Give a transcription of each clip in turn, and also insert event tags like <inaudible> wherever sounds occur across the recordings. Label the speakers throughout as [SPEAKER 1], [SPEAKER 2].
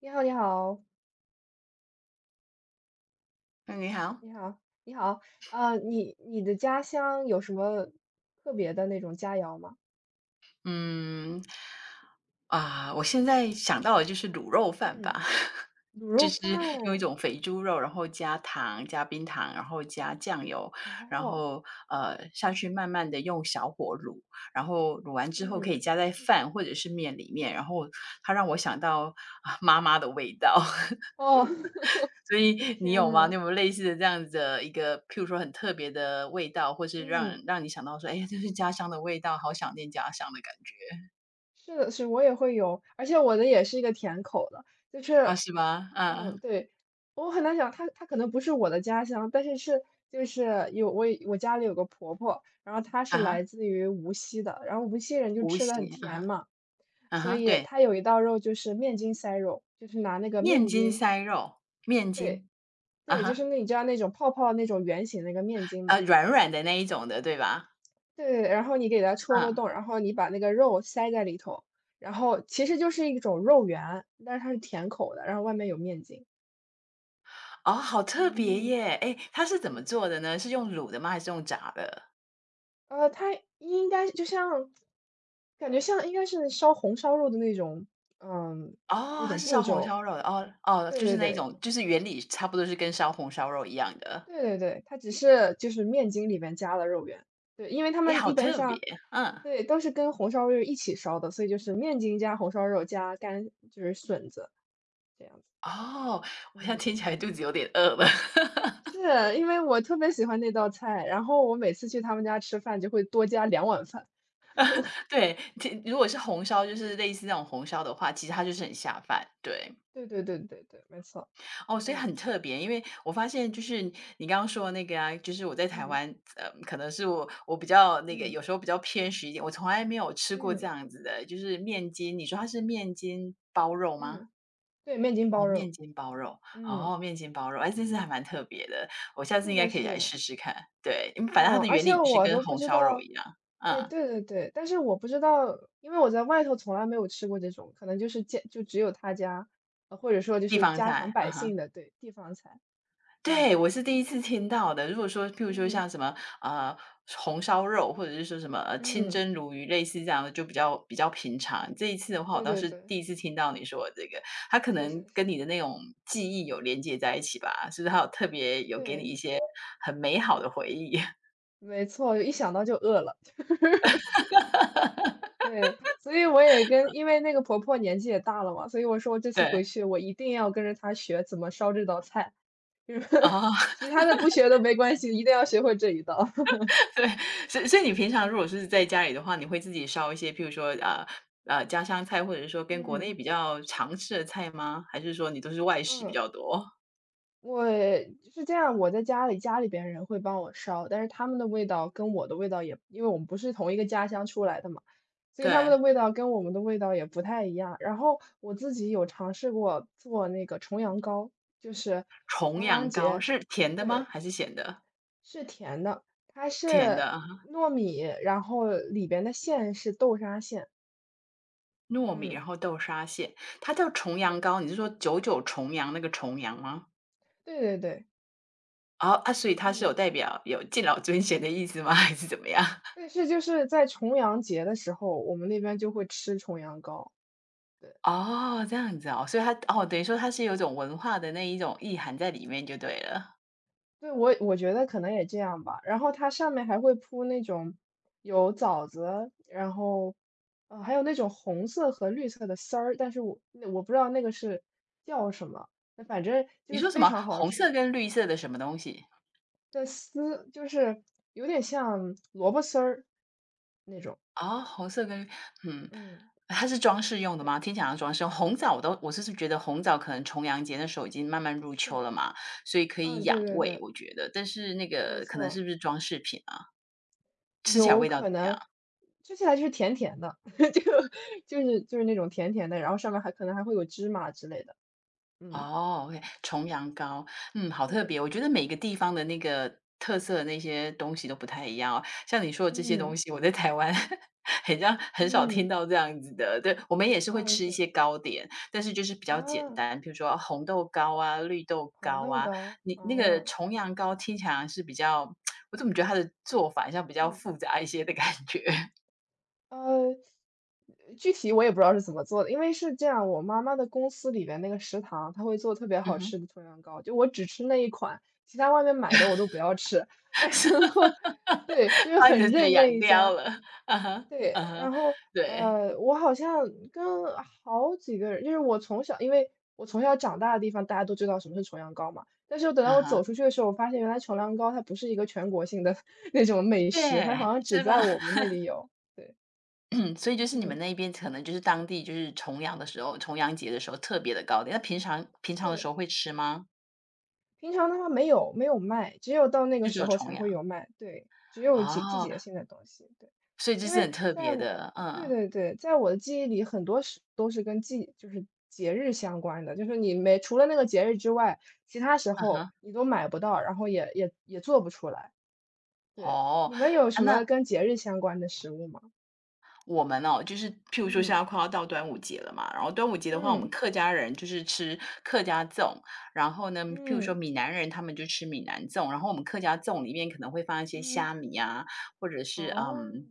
[SPEAKER 1] 你好，你好。
[SPEAKER 2] 嗯，你好。
[SPEAKER 1] 你好，你好。啊，你的家乡有什么特别的那种佳肴吗？
[SPEAKER 2] 嗯，啊，我现在想到的就是卤肉饭吧，
[SPEAKER 1] 嗯。
[SPEAKER 2] <laughs>
[SPEAKER 1] 卤
[SPEAKER 2] 就
[SPEAKER 1] 肉
[SPEAKER 2] 是用一
[SPEAKER 1] 饭。
[SPEAKER 2] 种肥猪肉，然后加糖、加冰糖，然后加酱油，然
[SPEAKER 1] 哦。
[SPEAKER 2] 后下去慢慢的用小火卤，然后卤完之后可
[SPEAKER 1] 嗯。
[SPEAKER 2] 以加在饭或者是面里面，然后它让我想到啊妈妈的味道。<laughs>
[SPEAKER 1] 哦。<laughs>
[SPEAKER 2] 所以你
[SPEAKER 1] 天
[SPEAKER 2] 有吗？你
[SPEAKER 1] 呐。
[SPEAKER 2] 有没有类似的这样子的一个，譬如说很特别的味道，或是
[SPEAKER 1] 嗯。
[SPEAKER 2] 让你想到说，哎，这是家乡的味道，好想念家乡的感觉？
[SPEAKER 1] 是的，是，我也会有，而且我的也是一个甜口的。就
[SPEAKER 2] 啊，
[SPEAKER 1] 是，
[SPEAKER 2] 是吗？
[SPEAKER 1] 嗯，
[SPEAKER 2] 嗯。
[SPEAKER 1] 对，我很难想，它可能不是我的家乡，但是是就是有我家里有个婆婆，然后她
[SPEAKER 2] 啊
[SPEAKER 1] 是来
[SPEAKER 2] 哈，
[SPEAKER 1] 自于无锡的，然后无锡人就
[SPEAKER 2] 无
[SPEAKER 1] 吃的很
[SPEAKER 2] 锡。啊
[SPEAKER 1] 甜
[SPEAKER 2] 哈。
[SPEAKER 1] 嘛。
[SPEAKER 2] 啊
[SPEAKER 1] 所
[SPEAKER 2] 哈，
[SPEAKER 1] 以
[SPEAKER 2] 对。
[SPEAKER 1] 它有一道肉就是面筋塞肉，就是拿那个
[SPEAKER 2] 面
[SPEAKER 1] 面
[SPEAKER 2] 筋
[SPEAKER 1] 筋。
[SPEAKER 2] 塞肉，面
[SPEAKER 1] 对
[SPEAKER 2] 筋。啊
[SPEAKER 1] 对，就是
[SPEAKER 2] 哈，
[SPEAKER 1] 那你知道那种泡泡那种圆形那个面筋嘛。
[SPEAKER 2] 软软的那一种的，对吧？
[SPEAKER 1] 对，然后你给它戳个
[SPEAKER 2] 嗯。
[SPEAKER 1] 洞，然后你把那个肉塞在里头，然后其实就是一种肉圆，但是它是甜口的，然后外面有面筋。
[SPEAKER 2] 哦，好特别
[SPEAKER 1] 嗯，
[SPEAKER 2] 耶！哎，它是怎
[SPEAKER 1] 是
[SPEAKER 2] 么
[SPEAKER 1] 的。
[SPEAKER 2] 做的呢？是用卤的吗？还是用炸的？
[SPEAKER 1] 它应该就像感觉像应该是烧红烧肉的那种。嗯，
[SPEAKER 2] 哦，
[SPEAKER 1] 那
[SPEAKER 2] 它
[SPEAKER 1] 种
[SPEAKER 2] 是烧
[SPEAKER 1] 步
[SPEAKER 2] 红
[SPEAKER 1] 骤。
[SPEAKER 2] 烧肉的。哦哦，
[SPEAKER 1] 对
[SPEAKER 2] 就是
[SPEAKER 1] 对
[SPEAKER 2] 那一
[SPEAKER 1] 对。
[SPEAKER 2] 种，就是原理差不多是跟烧红烧肉一样的。
[SPEAKER 1] 对对对，它只是就是面筋里面加了肉圆。对，因为他
[SPEAKER 2] 哎，
[SPEAKER 1] 们
[SPEAKER 2] 好
[SPEAKER 1] 一般
[SPEAKER 2] 特别。
[SPEAKER 1] 上，
[SPEAKER 2] 嗯。
[SPEAKER 1] 对，都是跟红烧肉一起烧的，所以就是面筋加红烧肉加干就是笋子这样子。
[SPEAKER 2] 哦，我现在
[SPEAKER 1] 嗯，
[SPEAKER 2] 听起来肚子有点饿了。
[SPEAKER 1] 是。因为我特别喜欢那道菜，然后我每次去他们家吃饭就会多加两碗饭。
[SPEAKER 2] <laughs> 对，听如果是红烧，就是类似那种红烧的话，其实它就是很下饭，对。
[SPEAKER 1] 对对对对对，没错。
[SPEAKER 2] 哦，所以
[SPEAKER 1] 嗯
[SPEAKER 2] 很特别，因为我发现就是你刚刚说的那个啊，就是我在台
[SPEAKER 1] 嗯
[SPEAKER 2] 湾，呃，可能是我比较那个，
[SPEAKER 1] 嗯
[SPEAKER 2] 有时候比较偏食一点，我从来没有吃过这
[SPEAKER 1] 嗯
[SPEAKER 2] 样子的，就是面筋，你说它是面筋包肉吗？
[SPEAKER 1] 嗯。对，面筋
[SPEAKER 2] 哦，
[SPEAKER 1] 包
[SPEAKER 2] 面
[SPEAKER 1] 肉。
[SPEAKER 2] 筋包肉。
[SPEAKER 1] 嗯，
[SPEAKER 2] 哦，面筋包肉。哎，这是还蛮特别的，我下次
[SPEAKER 1] 是
[SPEAKER 2] 应该
[SPEAKER 1] 的
[SPEAKER 2] 可以
[SPEAKER 1] 是
[SPEAKER 2] 来
[SPEAKER 1] 的。
[SPEAKER 2] 试试看。对，因为反正它
[SPEAKER 1] 哦，
[SPEAKER 2] 的
[SPEAKER 1] 而
[SPEAKER 2] 原
[SPEAKER 1] 且
[SPEAKER 2] 理就是
[SPEAKER 1] 我
[SPEAKER 2] 跟
[SPEAKER 1] 都不
[SPEAKER 2] 红
[SPEAKER 1] 知
[SPEAKER 2] 烧肉一
[SPEAKER 1] 道。
[SPEAKER 2] 样。
[SPEAKER 1] 哎，
[SPEAKER 2] 嗯。
[SPEAKER 1] 对对对，但是我不知道，因为我在外头从来没有吃过这种，可能就是家就只有他家，或者说就
[SPEAKER 2] 地
[SPEAKER 1] 是
[SPEAKER 2] 方
[SPEAKER 1] 家常
[SPEAKER 2] 菜，嗯
[SPEAKER 1] 百姓
[SPEAKER 2] 哼。
[SPEAKER 1] 的。对，地方菜。嗯，
[SPEAKER 2] 对，我是第一次听到的。如果说譬如说
[SPEAKER 1] 嗯
[SPEAKER 2] 像什么，呃，红烧肉，或者是说什么，呃，清
[SPEAKER 1] 嗯。
[SPEAKER 2] 蒸鲈鱼，类似这样的就比较平常。这一次的话，我
[SPEAKER 1] 对
[SPEAKER 2] 倒
[SPEAKER 1] 对
[SPEAKER 2] 是
[SPEAKER 1] 对。
[SPEAKER 2] 第一次听到你说的这个，它可
[SPEAKER 1] 是
[SPEAKER 2] 能
[SPEAKER 1] 是是。
[SPEAKER 2] 跟你的那种记忆有连接在一起吧？是不是还有特别有给你
[SPEAKER 1] 对，
[SPEAKER 2] 一些很美好的回忆？
[SPEAKER 1] 没错，一想到就饿了。<laughs> 对，所以我也跟，因为那个婆婆年纪也大了嘛，所以我说我这
[SPEAKER 2] <laughs>
[SPEAKER 1] 次回
[SPEAKER 2] 对。
[SPEAKER 1] 去我一定要跟着她学怎么烧这道菜。<laughs>
[SPEAKER 2] 哦，
[SPEAKER 1] 其他的不学都没关系，一定要学会这一道。<laughs>
[SPEAKER 2] <laughs> 对。所以你平常如果
[SPEAKER 1] 嗯
[SPEAKER 2] 是在家里的话，你会自己烧一些，譬如说，呃，呃，家乡菜，或者是说跟国内
[SPEAKER 1] 嗯。
[SPEAKER 2] 比较常吃的菜吗？还是说你都是外食比
[SPEAKER 1] 嗯，
[SPEAKER 2] 较多？
[SPEAKER 1] 我是这样，我在家里，家里边人会帮我烧，但是他们的味道跟我的味道也，因为我们不是同一个家乡出来的嘛，所以他们
[SPEAKER 2] 对。
[SPEAKER 1] 的味道跟我们的味道也不太一样。然后我自己有尝试过做那个重阳糕。就是
[SPEAKER 2] 重
[SPEAKER 1] 重阳
[SPEAKER 2] 阳糕
[SPEAKER 1] 节。
[SPEAKER 2] 是甜的吗？
[SPEAKER 1] 对，
[SPEAKER 2] 还是咸的？
[SPEAKER 1] 是甜的，它
[SPEAKER 2] 甜的
[SPEAKER 1] 是
[SPEAKER 2] 啊哈。
[SPEAKER 1] 糯米，然后里边的馅是豆沙馅。
[SPEAKER 2] 糯米，
[SPEAKER 1] 嗯，
[SPEAKER 2] 然后豆沙馅。它叫重阳
[SPEAKER 1] 对。
[SPEAKER 2] 糕，你是说九九重阳那个重阳吗？
[SPEAKER 1] 对对对。
[SPEAKER 2] 哦，啊，所以它是有
[SPEAKER 1] 嗯，
[SPEAKER 2] 代表有敬老尊贤的意思吗？<laughs> 还是怎么样？
[SPEAKER 1] 但是就是在重阳节的时候，我们那边就会吃重阳糕。对
[SPEAKER 2] 哦，这样子哦，所以它哦，
[SPEAKER 1] 对
[SPEAKER 2] 等于
[SPEAKER 1] 对
[SPEAKER 2] 说
[SPEAKER 1] 对。
[SPEAKER 2] 它是有一种文化的那一种意涵在里面就对了。
[SPEAKER 1] 对我我觉得可能也这样吧。然后它上面还会铺那种有枣子，然后还有那种红色和绿色的丝儿，但是我那我不知道那个是叫什么，那反正就
[SPEAKER 2] 你
[SPEAKER 1] 是
[SPEAKER 2] 说什
[SPEAKER 1] 非
[SPEAKER 2] 么？
[SPEAKER 1] 常好
[SPEAKER 2] 红
[SPEAKER 1] 吃。
[SPEAKER 2] 色跟绿色的什么东西？
[SPEAKER 1] 的丝就是有点像萝卜丝儿那种。
[SPEAKER 2] 啊，红色跟绿，嗯，
[SPEAKER 1] 嗯，
[SPEAKER 2] 它是装饰用的吗？
[SPEAKER 1] 对，
[SPEAKER 2] 听起来好像装饰用。红枣我是觉得红枣可能重阳节那时候已经慢慢入秋
[SPEAKER 1] 是。
[SPEAKER 2] 了嘛，所以可以
[SPEAKER 1] 嗯，
[SPEAKER 2] 养
[SPEAKER 1] 对对
[SPEAKER 2] 胃，
[SPEAKER 1] 对，
[SPEAKER 2] 我觉得。但是那
[SPEAKER 1] 没
[SPEAKER 2] 个可能是
[SPEAKER 1] 错。
[SPEAKER 2] 不是装饰品啊？吃起来
[SPEAKER 1] 有
[SPEAKER 2] 味道
[SPEAKER 1] 可
[SPEAKER 2] 怎么样？
[SPEAKER 1] 能。吃起来就是甜甜的，<laughs> 就就是就是那种甜甜的，然后上面还可能还会有芝麻之类的。嗯，
[SPEAKER 2] 哦，OK,重阳糕。嗯，好特
[SPEAKER 1] 对。
[SPEAKER 2] 别。我觉得每个地方的那个特色的那些东西都不太一样哦。像你说的这些东
[SPEAKER 1] 嗯。
[SPEAKER 2] 西，我在台湾 <laughs> 很像很少
[SPEAKER 1] 嗯，
[SPEAKER 2] 听到这样子的。对，我们也是会
[SPEAKER 1] 啊
[SPEAKER 2] 吃一
[SPEAKER 1] 是。
[SPEAKER 2] 些糕点，但是就是比较简
[SPEAKER 1] 啊，
[SPEAKER 2] 单，比如说红豆糕啊、绿豆
[SPEAKER 1] 红
[SPEAKER 2] 糕
[SPEAKER 1] 豆
[SPEAKER 2] 啊。
[SPEAKER 1] 糕。
[SPEAKER 2] 你那个
[SPEAKER 1] 啊。
[SPEAKER 2] 重阳糕听起来是比较，我怎么觉得它的做法像比较
[SPEAKER 1] 嗯。
[SPEAKER 2] 复杂一些的感觉？<laughs>
[SPEAKER 1] 呃，具体我也不知道是怎么做的，因为是这样，我妈妈的公司里边那个食堂，她会做特别
[SPEAKER 2] 嗯
[SPEAKER 1] 好吃
[SPEAKER 2] 哼。
[SPEAKER 1] 的葱油糕，就我只吃那一款，其他外面买的我都不要吃。<laughs>
[SPEAKER 2] 是
[SPEAKER 1] 然后对，就
[SPEAKER 2] <laughs>
[SPEAKER 1] 是
[SPEAKER 2] 把你的
[SPEAKER 1] 很
[SPEAKER 2] 嘴
[SPEAKER 1] 认那
[SPEAKER 2] 养
[SPEAKER 1] 一
[SPEAKER 2] 掉
[SPEAKER 1] 家。
[SPEAKER 2] 了。<laughs> 啊哈。
[SPEAKER 1] 对，
[SPEAKER 2] 啊哈，
[SPEAKER 1] 然后
[SPEAKER 2] 对。
[SPEAKER 1] 我好像跟好几个人，就是我从小，因为我从小长大的地方，大家都知道什么是重阳糕嘛。但是等到
[SPEAKER 2] 啊
[SPEAKER 1] 我
[SPEAKER 2] 哈。
[SPEAKER 1] 走出去的时候，我发现原来重阳糕它不是一个全国性的 <laughs> 那种美食，它
[SPEAKER 2] 对，
[SPEAKER 1] 好像只
[SPEAKER 2] 是吧？
[SPEAKER 1] 在我们
[SPEAKER 2] <coughs>
[SPEAKER 1] 那里有。对。
[SPEAKER 2] <clears throat> 所以就是你们
[SPEAKER 1] 嗯，
[SPEAKER 2] 那边可能就是当地就是重阳的时候，重阳节的时候特别的高点，那平常的时候
[SPEAKER 1] 对。
[SPEAKER 2] 会吃吗？
[SPEAKER 1] 平常的话没有卖，只有到那个
[SPEAKER 2] 就只
[SPEAKER 1] 时
[SPEAKER 2] 有
[SPEAKER 1] 候
[SPEAKER 2] 重
[SPEAKER 1] 才
[SPEAKER 2] 阳？
[SPEAKER 1] 会有卖。对，只有季
[SPEAKER 2] 哦，
[SPEAKER 1] 节性的东西。对。
[SPEAKER 2] 所以这
[SPEAKER 1] 因
[SPEAKER 2] 是
[SPEAKER 1] 为
[SPEAKER 2] 很特
[SPEAKER 1] 在
[SPEAKER 2] 别
[SPEAKER 1] 我
[SPEAKER 2] 的。
[SPEAKER 1] 对
[SPEAKER 2] 嗯，
[SPEAKER 1] 对对，在我的记忆里，很多是都是跟季就是节日相关的，就是你没除了那个节日之外，其他时
[SPEAKER 2] 嗯
[SPEAKER 1] 候
[SPEAKER 2] 哼。
[SPEAKER 1] 你都买不到，然后也做不出来。对。
[SPEAKER 2] 哦，
[SPEAKER 1] 你们有什
[SPEAKER 2] 啊，
[SPEAKER 1] 么
[SPEAKER 2] 那
[SPEAKER 1] 跟节日相关的食物吗？
[SPEAKER 2] 我们哦，就是譬如说现
[SPEAKER 1] 嗯，
[SPEAKER 2] 在快要到端午节了嘛，然后端午节的话，我们
[SPEAKER 1] 嗯，
[SPEAKER 2] 客家人就是吃客家粽。然后呢，譬如说
[SPEAKER 1] 嗯，
[SPEAKER 2] 闽南人他们就吃闽南粽，然后我们客家粽里面可能会放一些
[SPEAKER 1] 嗯。
[SPEAKER 2] 虾米啊，或者是，
[SPEAKER 1] 哦。
[SPEAKER 2] 嗯，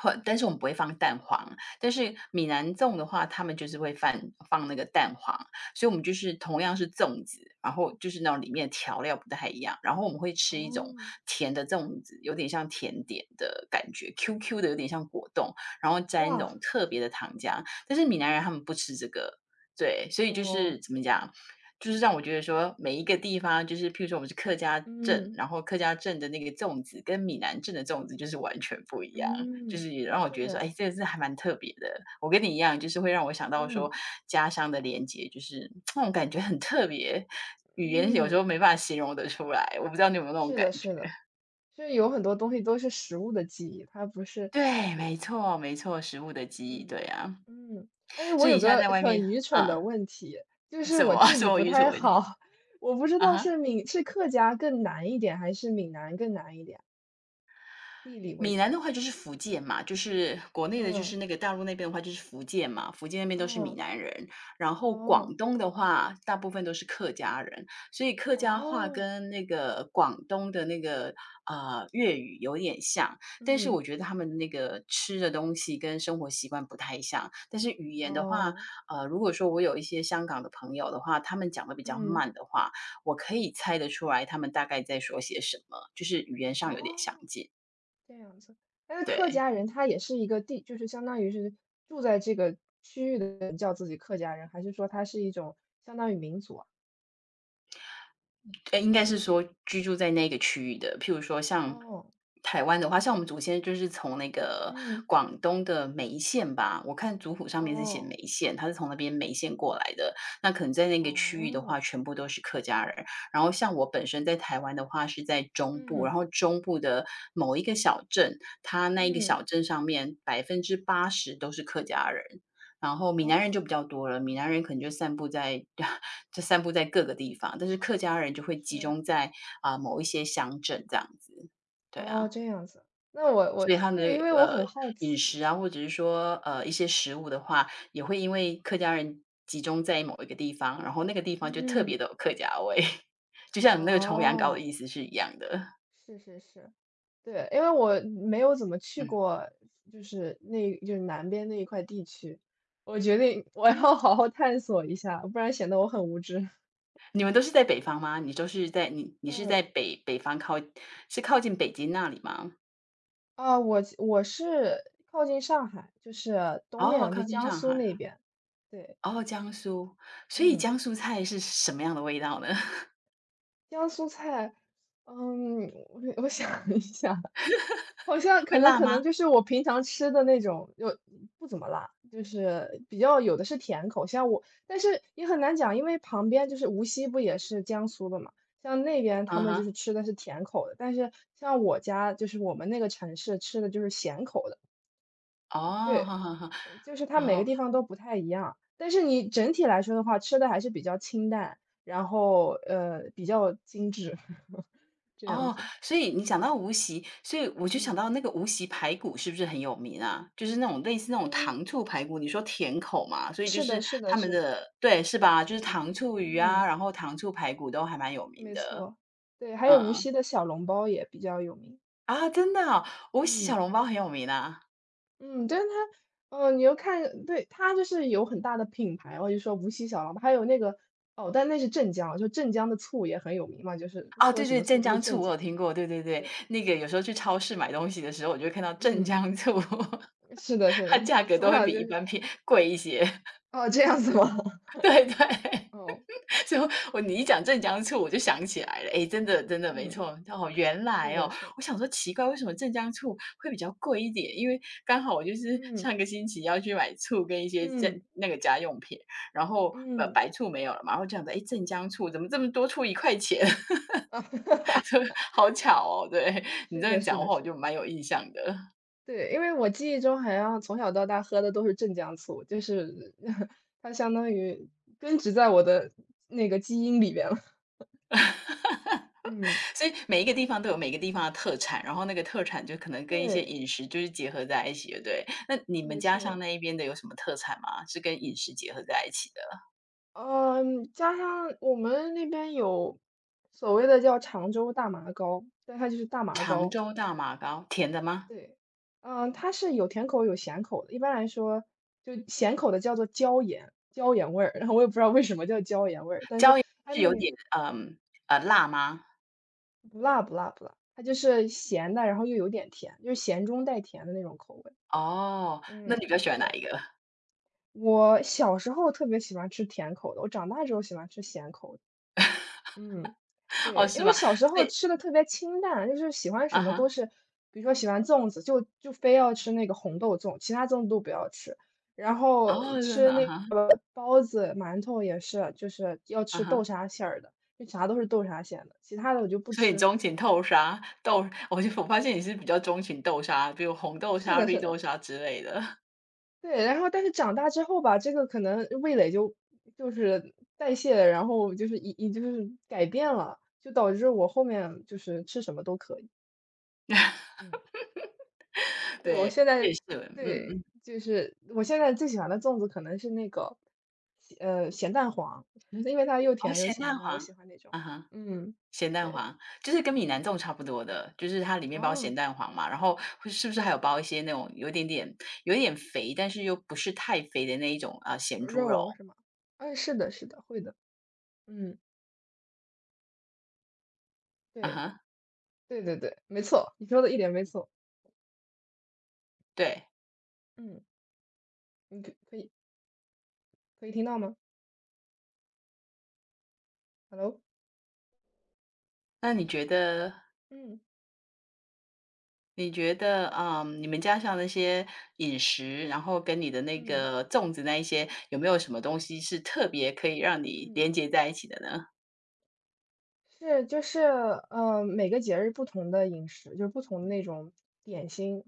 [SPEAKER 2] 或但是我们不会放蛋黄，但是闽南粽的话，他们就是会放那个蛋黄，所以我们就是同样是粽子，然后就是那种里面的调料不太一样，然后我们会吃一种
[SPEAKER 1] 哦。
[SPEAKER 2] 甜的粽子，有点像甜点的感觉，Q Q 的，有点像果冻，然后沾一
[SPEAKER 1] 哇。
[SPEAKER 2] 种特别的糖浆，但是闽南人他们不吃这个。对，所以就是
[SPEAKER 1] 哦。
[SPEAKER 2] 怎么讲？就是让我觉得说，每一个地方，就是譬如说我们是客家镇，
[SPEAKER 1] 嗯，
[SPEAKER 2] 然后客家镇的那个粽子跟闽南镇的粽子就是完全不一样。就
[SPEAKER 1] 嗯，
[SPEAKER 2] 是也让我觉得说，
[SPEAKER 1] 是。
[SPEAKER 2] 哎，这个是还蛮特别的。我跟你一样，就是会让我想到说
[SPEAKER 1] 嗯
[SPEAKER 2] 家乡的连接，就是那种感觉很特别，语言有时
[SPEAKER 1] 嗯，
[SPEAKER 2] 候没办法形容得出来。我不知道你有没有那种
[SPEAKER 1] 是
[SPEAKER 2] 感
[SPEAKER 1] 的，是
[SPEAKER 2] 觉？
[SPEAKER 1] 的，就是有很多东西都是食物的记忆，它不是。
[SPEAKER 2] 对，没
[SPEAKER 1] 对，
[SPEAKER 2] 错没错，食物的记忆，
[SPEAKER 1] 嗯
[SPEAKER 2] 对啊。
[SPEAKER 1] 嗯。哎，
[SPEAKER 2] 所
[SPEAKER 1] 我
[SPEAKER 2] 以
[SPEAKER 1] 有
[SPEAKER 2] 你现在
[SPEAKER 1] 个
[SPEAKER 2] 在外面
[SPEAKER 1] 很愚蠢的
[SPEAKER 2] 啊。
[SPEAKER 1] 问题，就是
[SPEAKER 2] 什
[SPEAKER 1] 我
[SPEAKER 2] 么 <laughs>
[SPEAKER 1] 地
[SPEAKER 2] 什
[SPEAKER 1] 理
[SPEAKER 2] 么
[SPEAKER 1] 不
[SPEAKER 2] 语蠢
[SPEAKER 1] 太
[SPEAKER 2] 问题？
[SPEAKER 1] 好。<laughs> 我不知
[SPEAKER 2] 啊
[SPEAKER 1] 道
[SPEAKER 2] 哈。
[SPEAKER 1] 是闽是客家更难一点，还是闽南更难一点，地理位
[SPEAKER 2] 闽
[SPEAKER 1] 置
[SPEAKER 2] 南的
[SPEAKER 1] 上。
[SPEAKER 2] 话就是福建嘛，就是国内的，就是
[SPEAKER 1] 嗯
[SPEAKER 2] 那个大陆那边的话就是福建嘛，福建那边都是闽
[SPEAKER 1] 嗯。
[SPEAKER 2] 南人。然后
[SPEAKER 1] 哦
[SPEAKER 2] 广东的话，大部分都是客家人，所以客家话
[SPEAKER 1] 哦。
[SPEAKER 2] 跟那个广东的那个粤语有点像，但是
[SPEAKER 1] 嗯。
[SPEAKER 2] 我觉得他们那个吃的东西跟生活习惯不太像。但是语言的话，
[SPEAKER 1] 哦。
[SPEAKER 2] 呃，如果说我有一些香港的朋友的话，他们讲的比较
[SPEAKER 1] 嗯。
[SPEAKER 2] 慢的话，我可以猜得出来他们大概在说些什么，就是语言上有点
[SPEAKER 1] 哦。
[SPEAKER 2] 相近。
[SPEAKER 1] 这样子。但是客
[SPEAKER 2] 对。
[SPEAKER 1] 家人他也是一个地就是相当于是住在这个区域的人叫自己客家人，还是说他是一种相当于民族啊？
[SPEAKER 2] 呃，应该是说居住在那个区域的。譬如说像
[SPEAKER 1] 哦。
[SPEAKER 2] 台湾的话，像我们祖先就是从那个
[SPEAKER 1] 嗯。
[SPEAKER 2] 广东的梅县吧，我看族谱上面是写
[SPEAKER 1] 哦。
[SPEAKER 2] 梅县，他是从那边梅县过来的。那可能在那个区域的
[SPEAKER 1] 哦。
[SPEAKER 2] 话，全部都是客家人。然后像我本身在台湾的话，是在中部，然
[SPEAKER 1] 嗯。
[SPEAKER 2] 后中部的某一个小镇，它那一个
[SPEAKER 1] 嗯。
[SPEAKER 2] 小镇上面80%都是客家人。然后闽
[SPEAKER 1] 哦。
[SPEAKER 2] 南人就比较多了，闽南人可能就散布在 <laughs> 就散布在各个地方，但是客家人就会集
[SPEAKER 1] 是。
[SPEAKER 2] 中在啊、某一些乡镇这样子。对
[SPEAKER 1] 哦，
[SPEAKER 2] 啊，
[SPEAKER 1] 这样子。那我
[SPEAKER 2] 所以他们
[SPEAKER 1] 对，因
[SPEAKER 2] 的
[SPEAKER 1] 为我
[SPEAKER 2] 呃
[SPEAKER 1] 很好
[SPEAKER 2] 饮
[SPEAKER 1] 奇。
[SPEAKER 2] 食啊，或者是说呃一些食物的话，也会因为客家人集中在某一个地方，然后那个地方就特别
[SPEAKER 1] 嗯。
[SPEAKER 2] 的有客家味，<laughs> 就像你那个重阳糕的
[SPEAKER 1] 哦，
[SPEAKER 2] 意思是一样的。
[SPEAKER 1] 是是是。对，因为我没有怎么去
[SPEAKER 2] 嗯，
[SPEAKER 1] 过，就是那就是南边那一块地区，我决定我要好好探索一下，不然显得我很无知。
[SPEAKER 2] 你们都是在北方吗？你是
[SPEAKER 1] 嗯。
[SPEAKER 2] 在北方靠，是靠近北京那里吗？
[SPEAKER 1] 啊，我是靠近上海，就是东
[SPEAKER 2] 哦，
[SPEAKER 1] 面，就
[SPEAKER 2] 靠近
[SPEAKER 1] 江
[SPEAKER 2] 上
[SPEAKER 1] 苏
[SPEAKER 2] 海。
[SPEAKER 1] 那边。对。
[SPEAKER 2] 哦，江苏，所以
[SPEAKER 1] 嗯。
[SPEAKER 2] 江苏菜是什么样的味道呢？<laughs>
[SPEAKER 1] 江苏菜。嗯，我想一下，好像
[SPEAKER 2] 会
[SPEAKER 1] 可能
[SPEAKER 2] 辣
[SPEAKER 1] 可能
[SPEAKER 2] 吗？
[SPEAKER 1] 就是我平常吃的那种。就不怎么辣，就是比较有的是甜口。像我但是也很难讲，因为旁边就是无锡不也是江苏的嘛，像那边他
[SPEAKER 2] 嗯
[SPEAKER 1] 们就是
[SPEAKER 2] 哼。
[SPEAKER 1] 吃的是甜口的，但是像我家就是我们那个城市吃的就是咸口的。
[SPEAKER 2] 哦。
[SPEAKER 1] 对。
[SPEAKER 2] 哈哈哈。
[SPEAKER 1] 就是它每个
[SPEAKER 2] 哦
[SPEAKER 1] 地方都不太一样，但是你整体来说的话，吃的还是比较清淡，然后，比较精致。<laughs> 这样
[SPEAKER 2] 哦，
[SPEAKER 1] 子。
[SPEAKER 2] 所以你讲
[SPEAKER 1] 嗯。
[SPEAKER 2] 到无锡，所以我就想
[SPEAKER 1] 嗯。
[SPEAKER 2] 到那个无锡排骨是不是很有名啊？就是那种类似那种
[SPEAKER 1] 嗯，
[SPEAKER 2] 糖醋排骨，你说甜口嘛，所以就
[SPEAKER 1] 是的
[SPEAKER 2] 是
[SPEAKER 1] 是的
[SPEAKER 2] 他们
[SPEAKER 1] 是的。
[SPEAKER 2] 的，对，是吧？就是糖醋鱼啊，
[SPEAKER 1] 嗯，
[SPEAKER 2] 然后糖醋排骨都还蛮有名
[SPEAKER 1] 没
[SPEAKER 2] 的。
[SPEAKER 1] 错。对，还有无
[SPEAKER 2] 嗯，
[SPEAKER 1] 锡的小笼包也比较有名。
[SPEAKER 2] 啊，真的哦，无锡小
[SPEAKER 1] 嗯
[SPEAKER 2] 笼包很有名啊。
[SPEAKER 1] 嗯，但是它，哦，你又看，对，它就是有很大的品牌哦，我就说无锡小笼包，还有那个，哦，但那是镇江啊，就镇江的醋也很有名嘛，就是
[SPEAKER 2] 哦，
[SPEAKER 1] 喝
[SPEAKER 2] 对
[SPEAKER 1] 什
[SPEAKER 2] 对，
[SPEAKER 1] 么醋
[SPEAKER 2] 镇
[SPEAKER 1] 都是
[SPEAKER 2] 江醋
[SPEAKER 1] 镇
[SPEAKER 2] 我有
[SPEAKER 1] 江。
[SPEAKER 2] 听过，对对对。
[SPEAKER 1] 对。
[SPEAKER 2] 那个有时候去超市买东西的时候，我就会看到镇
[SPEAKER 1] 嗯，
[SPEAKER 2] 江醋，<laughs>
[SPEAKER 1] 是的，是
[SPEAKER 2] 它
[SPEAKER 1] 的，
[SPEAKER 2] 价
[SPEAKER 1] 我
[SPEAKER 2] 格
[SPEAKER 1] 从
[SPEAKER 2] 都会
[SPEAKER 1] 小
[SPEAKER 2] 比
[SPEAKER 1] 就
[SPEAKER 2] 一
[SPEAKER 1] 是。
[SPEAKER 2] 般偏贵一些。
[SPEAKER 1] 哦，这样子吗？
[SPEAKER 2] <laughs>
[SPEAKER 1] <laughs>
[SPEAKER 2] 对对，
[SPEAKER 1] 哦。
[SPEAKER 2] <laughs> 所以你一讲镇江醋我就想起来了，诶，真的没
[SPEAKER 1] 嗯，
[SPEAKER 2] 错。哦，原
[SPEAKER 1] 是
[SPEAKER 2] 来哦，
[SPEAKER 1] 的，是
[SPEAKER 2] 我
[SPEAKER 1] 的。
[SPEAKER 2] 想说奇怪，为什么镇江醋会比较贵一点？因为刚好我就是
[SPEAKER 1] 嗯
[SPEAKER 2] 上个星期要去买醋跟一些家
[SPEAKER 1] 嗯
[SPEAKER 2] 那个家用品，然后，
[SPEAKER 1] 嗯。
[SPEAKER 2] 白醋没有了嘛，然后这样子，诶，镇江醋怎么这么多出一块钱？
[SPEAKER 1] <laughs>
[SPEAKER 2] <laughs> 好巧哦，对，你
[SPEAKER 1] 是
[SPEAKER 2] 这样
[SPEAKER 1] 的，
[SPEAKER 2] 讲
[SPEAKER 1] 是
[SPEAKER 2] 的
[SPEAKER 1] 的，
[SPEAKER 2] 话，我
[SPEAKER 1] 是
[SPEAKER 2] 就
[SPEAKER 1] 的。
[SPEAKER 2] 蛮有印象的。
[SPEAKER 1] 对，因为我记忆中好像从小到大喝的都是镇江醋，就是 <laughs> 它相当于根植在我的那个基因里边了。嗯。
[SPEAKER 2] 所
[SPEAKER 1] <laughs>
[SPEAKER 2] 以每一个地方都有每个地方的特产，然后那个特产就可能跟一些
[SPEAKER 1] 对，
[SPEAKER 2] 饮食就是结合在一起的，对。那你们
[SPEAKER 1] 没
[SPEAKER 2] 家乡
[SPEAKER 1] 错。
[SPEAKER 2] 那一边的有什么特产吗？是跟饮食结合在一起的？
[SPEAKER 1] 嗯，加上我们那边有所谓的叫常州大麻糕，但它就是大麻
[SPEAKER 2] 常
[SPEAKER 1] 糕。
[SPEAKER 2] 州大马糕，甜的吗？
[SPEAKER 1] 对。嗯，它是有甜口有咸口的。一般来说，就咸口的叫做椒盐，椒盐味儿，然后我也不知道为什么叫椒盐味儿，但
[SPEAKER 2] 椒
[SPEAKER 1] 是
[SPEAKER 2] 盐
[SPEAKER 1] 它
[SPEAKER 2] 是有
[SPEAKER 1] 那
[SPEAKER 2] 点，辣吗？
[SPEAKER 1] 不辣，它就是咸的，然后又有点甜，就是咸中带甜的那种口味。
[SPEAKER 2] 哦，那
[SPEAKER 1] 嗯。
[SPEAKER 2] 你比较喜欢哪一
[SPEAKER 1] 对，
[SPEAKER 2] 个？
[SPEAKER 1] 我小时候特别喜欢吃甜口的，我长大之后喜欢吃咸口的。嗯。
[SPEAKER 2] <laughs> 哦，
[SPEAKER 1] 对，因
[SPEAKER 2] 是
[SPEAKER 1] 为
[SPEAKER 2] 吧？
[SPEAKER 1] 小时
[SPEAKER 2] 所
[SPEAKER 1] 候
[SPEAKER 2] 以
[SPEAKER 1] 吃的特别清淡，就是喜欢
[SPEAKER 2] 啊
[SPEAKER 1] 什么都
[SPEAKER 2] 哈，
[SPEAKER 1] 是，比如说喜欢粽子，就非要吃那个红豆粽，其他粽子都不要吃。然后
[SPEAKER 2] 哦，真
[SPEAKER 1] 吃
[SPEAKER 2] 的，啊
[SPEAKER 1] 那
[SPEAKER 2] 哈，
[SPEAKER 1] 个包子、馒头也是，就是要
[SPEAKER 2] 啊
[SPEAKER 1] 吃豆
[SPEAKER 2] 哈。
[SPEAKER 1] 沙馅儿的，就啥都是豆沙馅的，其他的我就不
[SPEAKER 2] 所以
[SPEAKER 1] 吃。
[SPEAKER 2] 钟情
[SPEAKER 1] <laughs>
[SPEAKER 2] 豆沙，豆我就我发现你是比较钟情豆沙，比如红豆
[SPEAKER 1] 是
[SPEAKER 2] 沙、
[SPEAKER 1] 的，
[SPEAKER 2] 绿
[SPEAKER 1] 是
[SPEAKER 2] 豆
[SPEAKER 1] 的。
[SPEAKER 2] 沙之类的。
[SPEAKER 1] 对，然后但是长大之后吧，这个可能味蕾就是代谢了，然后就是已就是改变了，就导致我后面就是吃什么都可以。
[SPEAKER 2] <laughs>
[SPEAKER 1] 嗯。对，我
[SPEAKER 2] 对，
[SPEAKER 1] 现
[SPEAKER 2] 我也
[SPEAKER 1] 在
[SPEAKER 2] 是，嗯
[SPEAKER 1] 对，
[SPEAKER 2] 嗯。
[SPEAKER 1] 就是我现在最喜欢的粽子可能是那个咸咸蛋黄。<laughs> 因为它又
[SPEAKER 2] 哦，
[SPEAKER 1] 甜又
[SPEAKER 2] 咸
[SPEAKER 1] 咸
[SPEAKER 2] 蛋
[SPEAKER 1] 的，我
[SPEAKER 2] 黄，
[SPEAKER 1] 喜欢那种。
[SPEAKER 2] 啊哈，
[SPEAKER 1] 嗯，
[SPEAKER 2] 咸蛋
[SPEAKER 1] 对，
[SPEAKER 2] 黄，就是跟闽南
[SPEAKER 1] 嗯。
[SPEAKER 2] 粽差不多的，就是它里面包咸
[SPEAKER 1] 哦，
[SPEAKER 2] 蛋黄嘛，然后会是不是还有包一些那种有点肥，但是又不是太肥的那一种啊，咸猪肉？
[SPEAKER 1] 肉是吗？哎，是的是的，会的。嗯，
[SPEAKER 2] 啊
[SPEAKER 1] 对。
[SPEAKER 2] 哈，
[SPEAKER 1] 对对对，没错，你说的一点没错。
[SPEAKER 2] 对。
[SPEAKER 1] 嗯，你可以可以听到吗？Hello。
[SPEAKER 2] 那你觉得
[SPEAKER 1] 嗯
[SPEAKER 2] 你觉得，你们家乡那些饮食，然后跟你的那
[SPEAKER 1] 嗯
[SPEAKER 2] 个粽子那一些，有没有什么东西是特别可以让你
[SPEAKER 1] 嗯，
[SPEAKER 2] 连接在一起的呢？
[SPEAKER 1] 是就是，每个节日不同的饮食，就是不同的那种点心，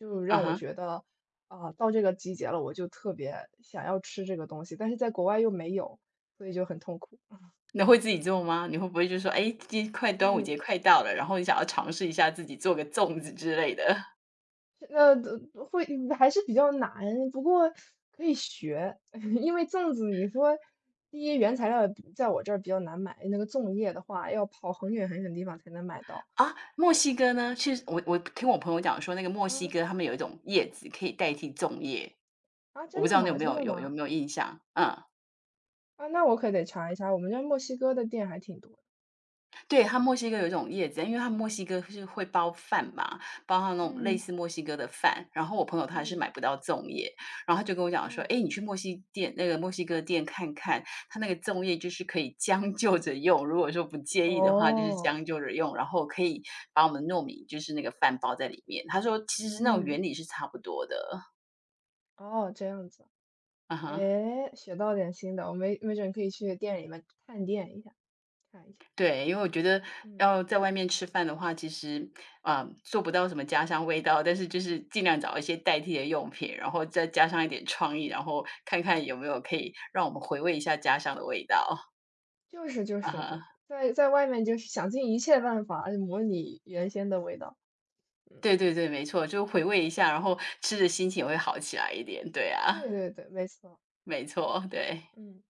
[SPEAKER 1] 就
[SPEAKER 2] 啊
[SPEAKER 1] 让我
[SPEAKER 2] 哈，
[SPEAKER 1] 觉得，啊、到这个季节了，我就特别想要吃这个东西，但是在国外又没有，所以就很痛苦。
[SPEAKER 2] 那会自己做吗？你会不会就说，哎，今快端午
[SPEAKER 1] 嗯，
[SPEAKER 2] 节快到了，然后你想要尝试一下自己做个粽子之类的？
[SPEAKER 1] 那会还是比较难，不过可以学。<laughs> 因为粽子，你说第一原材料比在我这儿比较难买，那个粽叶的话要跑很远很远的地方才能买到。
[SPEAKER 2] 啊，墨西哥呢？其实我听我朋友讲说，那个墨西
[SPEAKER 1] 嗯。
[SPEAKER 2] 哥他们有一种叶子可以代替粽叶，
[SPEAKER 1] 啊，真
[SPEAKER 2] 我不知
[SPEAKER 1] 的
[SPEAKER 2] 道你
[SPEAKER 1] 吗？真的
[SPEAKER 2] 有
[SPEAKER 1] 吗？
[SPEAKER 2] 没有印象？嗯。
[SPEAKER 1] 啊，那我可得查一查，我们家墨西哥的店还挺多的。
[SPEAKER 2] 对，他墨西哥有一种叶子，因为他墨西哥是会包饭嘛，包它那种类
[SPEAKER 1] 嗯
[SPEAKER 2] 似墨西哥的饭。然后我朋友他是
[SPEAKER 1] 嗯
[SPEAKER 2] 买不到粽叶，然后他就跟我讲说：
[SPEAKER 1] 嗯。
[SPEAKER 2] “哎，你去墨西店那个墨西哥店看看，它那个粽叶就是可以将就着用，如果说不介意的话，就是
[SPEAKER 1] 哦。
[SPEAKER 2] 将就着用，然后可以把我们糯米就是那个饭包在里面。”他说：“其实那种
[SPEAKER 1] 嗯。
[SPEAKER 2] 原理是差不多的。”
[SPEAKER 1] 哦，这样子。
[SPEAKER 2] 嗯哼。
[SPEAKER 1] 诶，学到点新的，我没没准可以去店里面探店一下，看一下。
[SPEAKER 2] 对，因为我觉得
[SPEAKER 1] 嗯，
[SPEAKER 2] 要在外面吃饭的话，其实啊、做不到什么家乡味道，但是就是尽量找一些代替的用品，然后再加上一点创意，然后看看有没有可以让我们回味一下家乡的味道啊
[SPEAKER 1] 就是，
[SPEAKER 2] 哈。
[SPEAKER 1] 在在外面就是想尽一切办法模拟原先的味道。嗯
[SPEAKER 2] 对对对，没错，就回
[SPEAKER 1] 嗯，
[SPEAKER 2] 味一下，然后吃的心情也会好起来一点。对啊，
[SPEAKER 1] 对对对，没错。
[SPEAKER 2] 没错，对。
[SPEAKER 1] 嗯。